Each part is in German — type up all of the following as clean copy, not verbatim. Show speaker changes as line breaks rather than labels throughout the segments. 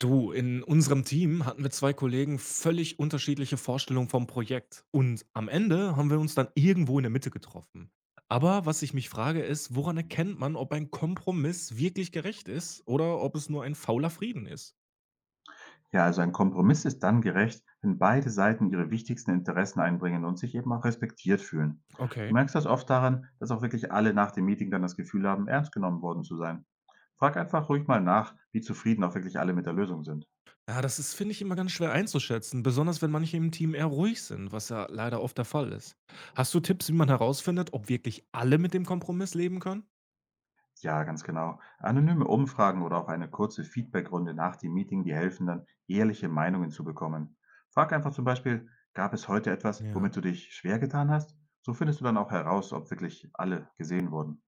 Du, in unserem Team hatten wir zwei Kollegen völlig unterschiedliche Vorstellungen vom Projekt. Und am Ende haben wir uns dann irgendwo in der Mitte getroffen. Aber was ich mich frage ist, woran erkennt man, ob ein Kompromiss wirklich gerecht ist oder ob es nur ein fauler Frieden ist?
Ja, also ein Kompromiss ist dann gerecht, wenn beide Seiten ihre wichtigsten Interessen einbringen und sich eben auch respektiert fühlen. Du
Okay.
merkst das oft daran, dass auch wirklich alle nach dem Meeting dann das Gefühl haben, ernst genommen worden zu sein. Frag einfach ruhig mal nach, wie zufrieden auch wirklich alle mit der Lösung sind.
Ja, das ist, finde ich, immer ganz schwer einzuschätzen, besonders wenn manche im Team eher ruhig sind, was ja leider oft der Fall ist. Hast du Tipps, wie man herausfindet, ob wirklich alle mit dem Kompromiss leben können?
Ja, ganz genau. Anonyme Umfragen oder auch eine kurze Feedbackrunde nach dem Meeting, die helfen dann, ehrliche Meinungen zu bekommen. Frag einfach zum Beispiel, gab es heute etwas,
Ja.
womit du dich schwer getan hast? So findest du dann auch heraus, ob wirklich alle gesehen wurden.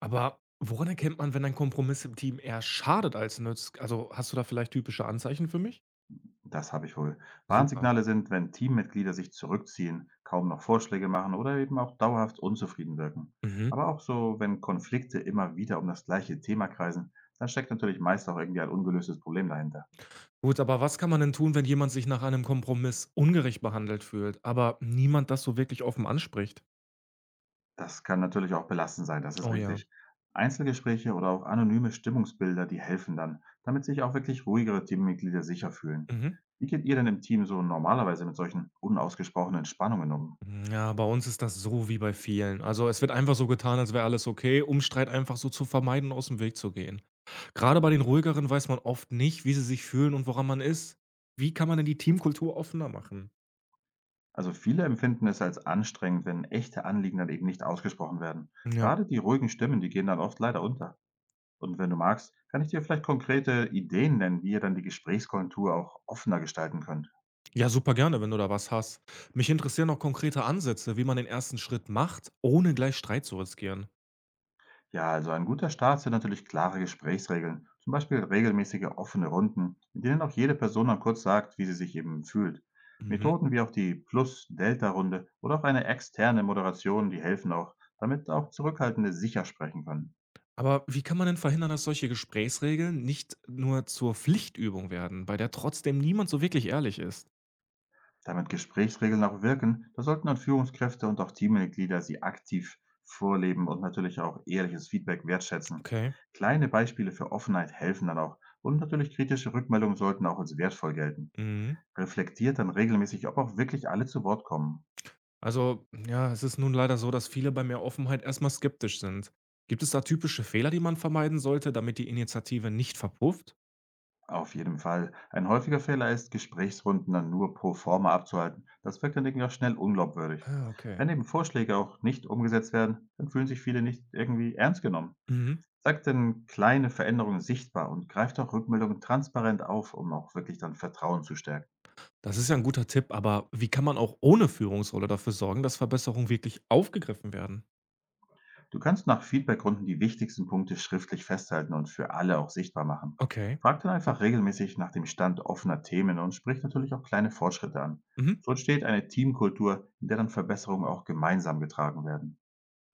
Aber woran erkennt man, wenn ein Kompromiss im Team eher schadet als nützt? Also, hast du da vielleicht typische Anzeichen für mich?
Das habe ich wohl.
Super.
Warnsignale sind, wenn Teammitglieder sich zurückziehen, kaum noch Vorschläge machen oder eben auch dauerhaft unzufrieden wirken.
Mhm.
Aber auch so, wenn Konflikte immer wieder um das gleiche Thema kreisen, dann steckt natürlich meist auch irgendwie ein ungelöstes Problem dahinter.
Gut, aber was kann man denn tun, wenn jemand sich nach einem Kompromiss ungerecht behandelt fühlt, aber niemand das so wirklich offen anspricht?
Das kann natürlich auch belastend sein, das ist
Oh ja.
richtig. Einzelgespräche oder auch anonyme Stimmungsbilder, die helfen dann, damit sich auch wirklich ruhigere Teammitglieder sicher fühlen.
Mhm.
Wie geht ihr denn im Team so normalerweise mit solchen unausgesprochenen Spannungen um?
Ja, bei uns ist das so wie bei vielen. Also es wird einfach so getan, als wäre alles okay, um Streit einfach so zu vermeiden, und aus dem Weg zu gehen. Gerade bei den ruhigeren weiß man oft nicht, wie sie sich fühlen und woran man ist. Wie kann man denn die Teamkultur offener machen?
Also viele empfinden es als anstrengend, wenn echte Anliegen dann eben nicht ausgesprochen werden.
Ja,
Gerade die ruhigen Stimmen, die gehen dann oft leider unter. Und wenn du magst, kann ich dir vielleicht konkrete Ideen nennen, wie ihr dann die Gesprächskultur auch offener gestalten könnt.
ja, super gerne, wenn du da was hast. Mich interessieren noch konkrete Ansätze, wie man den ersten Schritt macht, ohne gleich Streit zu riskieren.
Ja, also ein guter Start sind natürlich klare Gesprächsregeln, zum Beispiel regelmäßige offene Runden, in denen auch jede Person dann kurz sagt, wie sie sich eben fühlt.
Mhm.
Methoden wie auch die Plus-Delta-Runde oder auch eine externe Moderation, die helfen auch, damit auch Zurückhaltende sicher sprechen können.
Aber wie kann man denn verhindern, dass solche Gesprächsregeln nicht nur zur Pflichtübung werden, bei der trotzdem niemand so wirklich ehrlich ist?
Damit Gesprächsregeln auch wirken, da sollten dann Führungskräfte und auch Teammitglieder sie aktiv vorleben und natürlich auch ehrliches Feedback wertschätzen.
Okay.
Kleine Beispiele für Offenheit helfen dann auch und natürlich kritische Rückmeldungen sollten auch als wertvoll gelten.
Mhm.
Reflektiert dann regelmäßig, ob auch wirklich alle zu Wort kommen.
Also, ja, es ist nun leider so, dass viele bei mehr Offenheit erstmal skeptisch sind. Gibt es da typische Fehler, die man vermeiden sollte, damit die Initiative nicht verpufft?
Auf jeden Fall. Ein häufiger Fehler ist, Gesprächsrunden dann nur pro forma abzuhalten. Das wirkt dann irgendwie auch schnell unglaubwürdig.
Ah, okay.
Wenn eben Vorschläge auch nicht umgesetzt werden, dann fühlen sich viele nicht irgendwie ernst genommen.
Mhm.
Zeigt denn kleine Veränderungen sichtbar und greift auch Rückmeldungen transparent auf, um auch wirklich dann Vertrauen zu stärken.
Das ist ja ein guter Tipp, aber wie kann man auch ohne Führungsrolle dafür sorgen, dass Verbesserungen wirklich aufgegriffen werden?
Du kannst nach Feedbackrunden die wichtigsten Punkte schriftlich festhalten und für alle auch sichtbar machen.
Okay.
Frag dann einfach regelmäßig nach dem Stand offener Themen und sprich natürlich auch kleine Fortschritte an.
Mhm.
So entsteht eine Teamkultur, in der dann Verbesserungen auch gemeinsam getragen werden.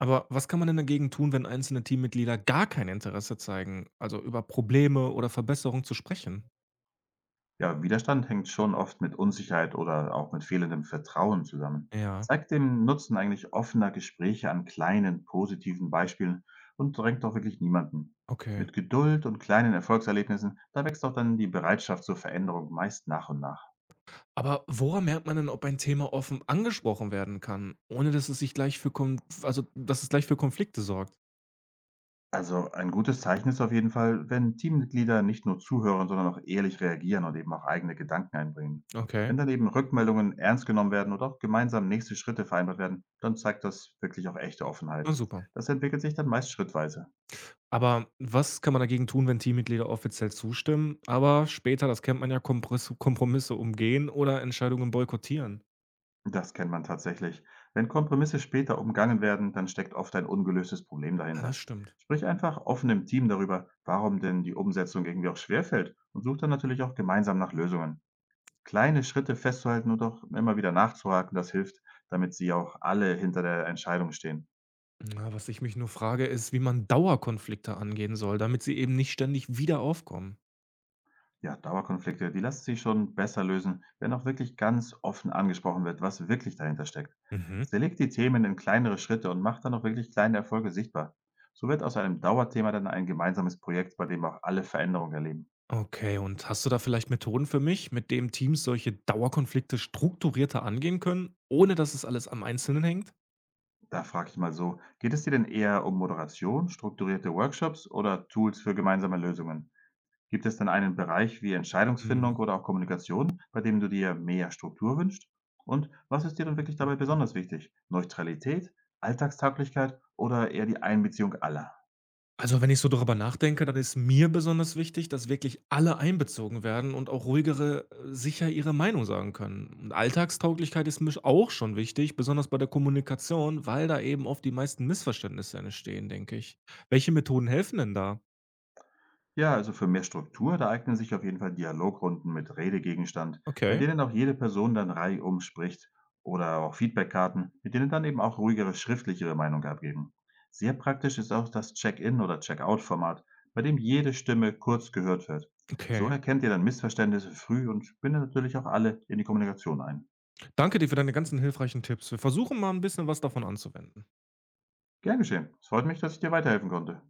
Aber was kann man denn dagegen tun, wenn einzelne Teammitglieder gar kein Interesse zeigen, also über Probleme oder Verbesserungen zu sprechen?
Ja, Widerstand hängt schon oft mit Unsicherheit oder auch mit fehlendem Vertrauen zusammen.
Ja,
Zeigt den Nutzen eigentlich offener Gespräche an kleinen, positiven Beispielen und drängt doch wirklich niemanden.
okay.
Mit Geduld und kleinen Erfolgserlebnissen, da wächst auch dann die Bereitschaft zur Veränderung meist nach und nach.
Aber woran merkt man denn, ob ein Thema offen angesprochen werden kann, ohne dass es sich gleich für Konf also dass es gleich für Konflikte sorgt?
Also ein gutes Zeichen ist auf jeden Fall, wenn Teammitglieder nicht nur zuhören, sondern auch ehrlich reagieren und eben auch eigene Gedanken einbringen.
Okay,
Wenn dann eben Rückmeldungen ernst genommen werden oder auch gemeinsam nächste Schritte vereinbart werden, dann zeigt das wirklich auch echte
na
Offenheit.
super.
Das entwickelt sich dann meist schrittweise.
Aber was kann man dagegen tun, wenn Teammitglieder offiziell zustimmen, aber später, das kennt man ja, Komprisse Kompromisse umgehen oder Entscheidungen boykottieren?
Das kennt man tatsächlich. Wenn Kompromisse später umgangen werden, dann steckt oft ein ungelöstes Problem
Ja, das
dahinter.
stimmt.
Sprich einfach offen im Team darüber, warum denn die Umsetzung irgendwie auch schwerfällt und sucht dann natürlich auch gemeinsam nach Lösungen. Kleine Schritte festzuhalten und auch immer wieder nachzuhaken, das hilft, damit sie auch alle hinter der Entscheidung stehen.
Na, was ich mich nur frage, ist, wie man Dauerkonflikte angehen soll, damit sie eben nicht ständig wieder aufkommen.
Ja, Dauerkonflikte, die lassen sich schon besser lösen, wenn auch wirklich ganz offen angesprochen wird, was wirklich dahinter steckt.
Mhm.
Zerlegt die Themen in kleinere Schritte und macht dann auch wirklich kleine Erfolge sichtbar. So wird aus einem Dauerthema dann ein gemeinsames Projekt, bei dem auch alle Veränderungen erleben.
Okay, und hast du da vielleicht Methoden für mich, mit denen Teams solche Dauerkonflikte strukturierter angehen können, ohne dass es alles am Einzelnen hängt?
Da frage ich mal so, geht es dir denn eher um Moderation, strukturierte Workshops oder Tools für gemeinsame Lösungen? Gibt es denn einen Bereich wie Entscheidungsfindung
Mhm.
oder auch Kommunikation, bei dem du dir mehr Struktur wünschst? Und was ist dir denn wirklich dabei besonders wichtig? Neutralität, Alltagstauglichkeit oder eher die Einbeziehung aller?
Also, wenn ich so darüber nachdenke, dann ist mir besonders wichtig, dass wirklich alle einbezogen werden und auch ruhigere sicher ihre Meinung sagen können. Und Alltagstauglichkeit ist mir auch schon wichtig, besonders bei der Kommunikation, weil da eben oft die meisten Missverständnisse entstehen, denke ich. Welche Methoden helfen denn da?
Ja, also für mehr Struktur, da eignen sich auf jeden Fall Dialogrunden mit Redegegenstand, bei
Okay.
denen auch jede Person dann reihum spricht oder auch Feedbackkarten, mit denen dann eben auch ruhigere schriftlichere Meinung abgeben. Sehr praktisch ist auch das Check-in oder Check-out-Format, bei dem jede Stimme kurz gehört wird. So
Okay.
erkennt ihr dann Missverständnisse früh und bindet natürlich auch alle in die Kommunikation ein.
Danke dir für deine ganzen hilfreichen Tipps. Wir versuchen mal ein bisschen was davon anzuwenden.
Gern geschehen. Es freut mich, dass ich dir weiterhelfen konnte.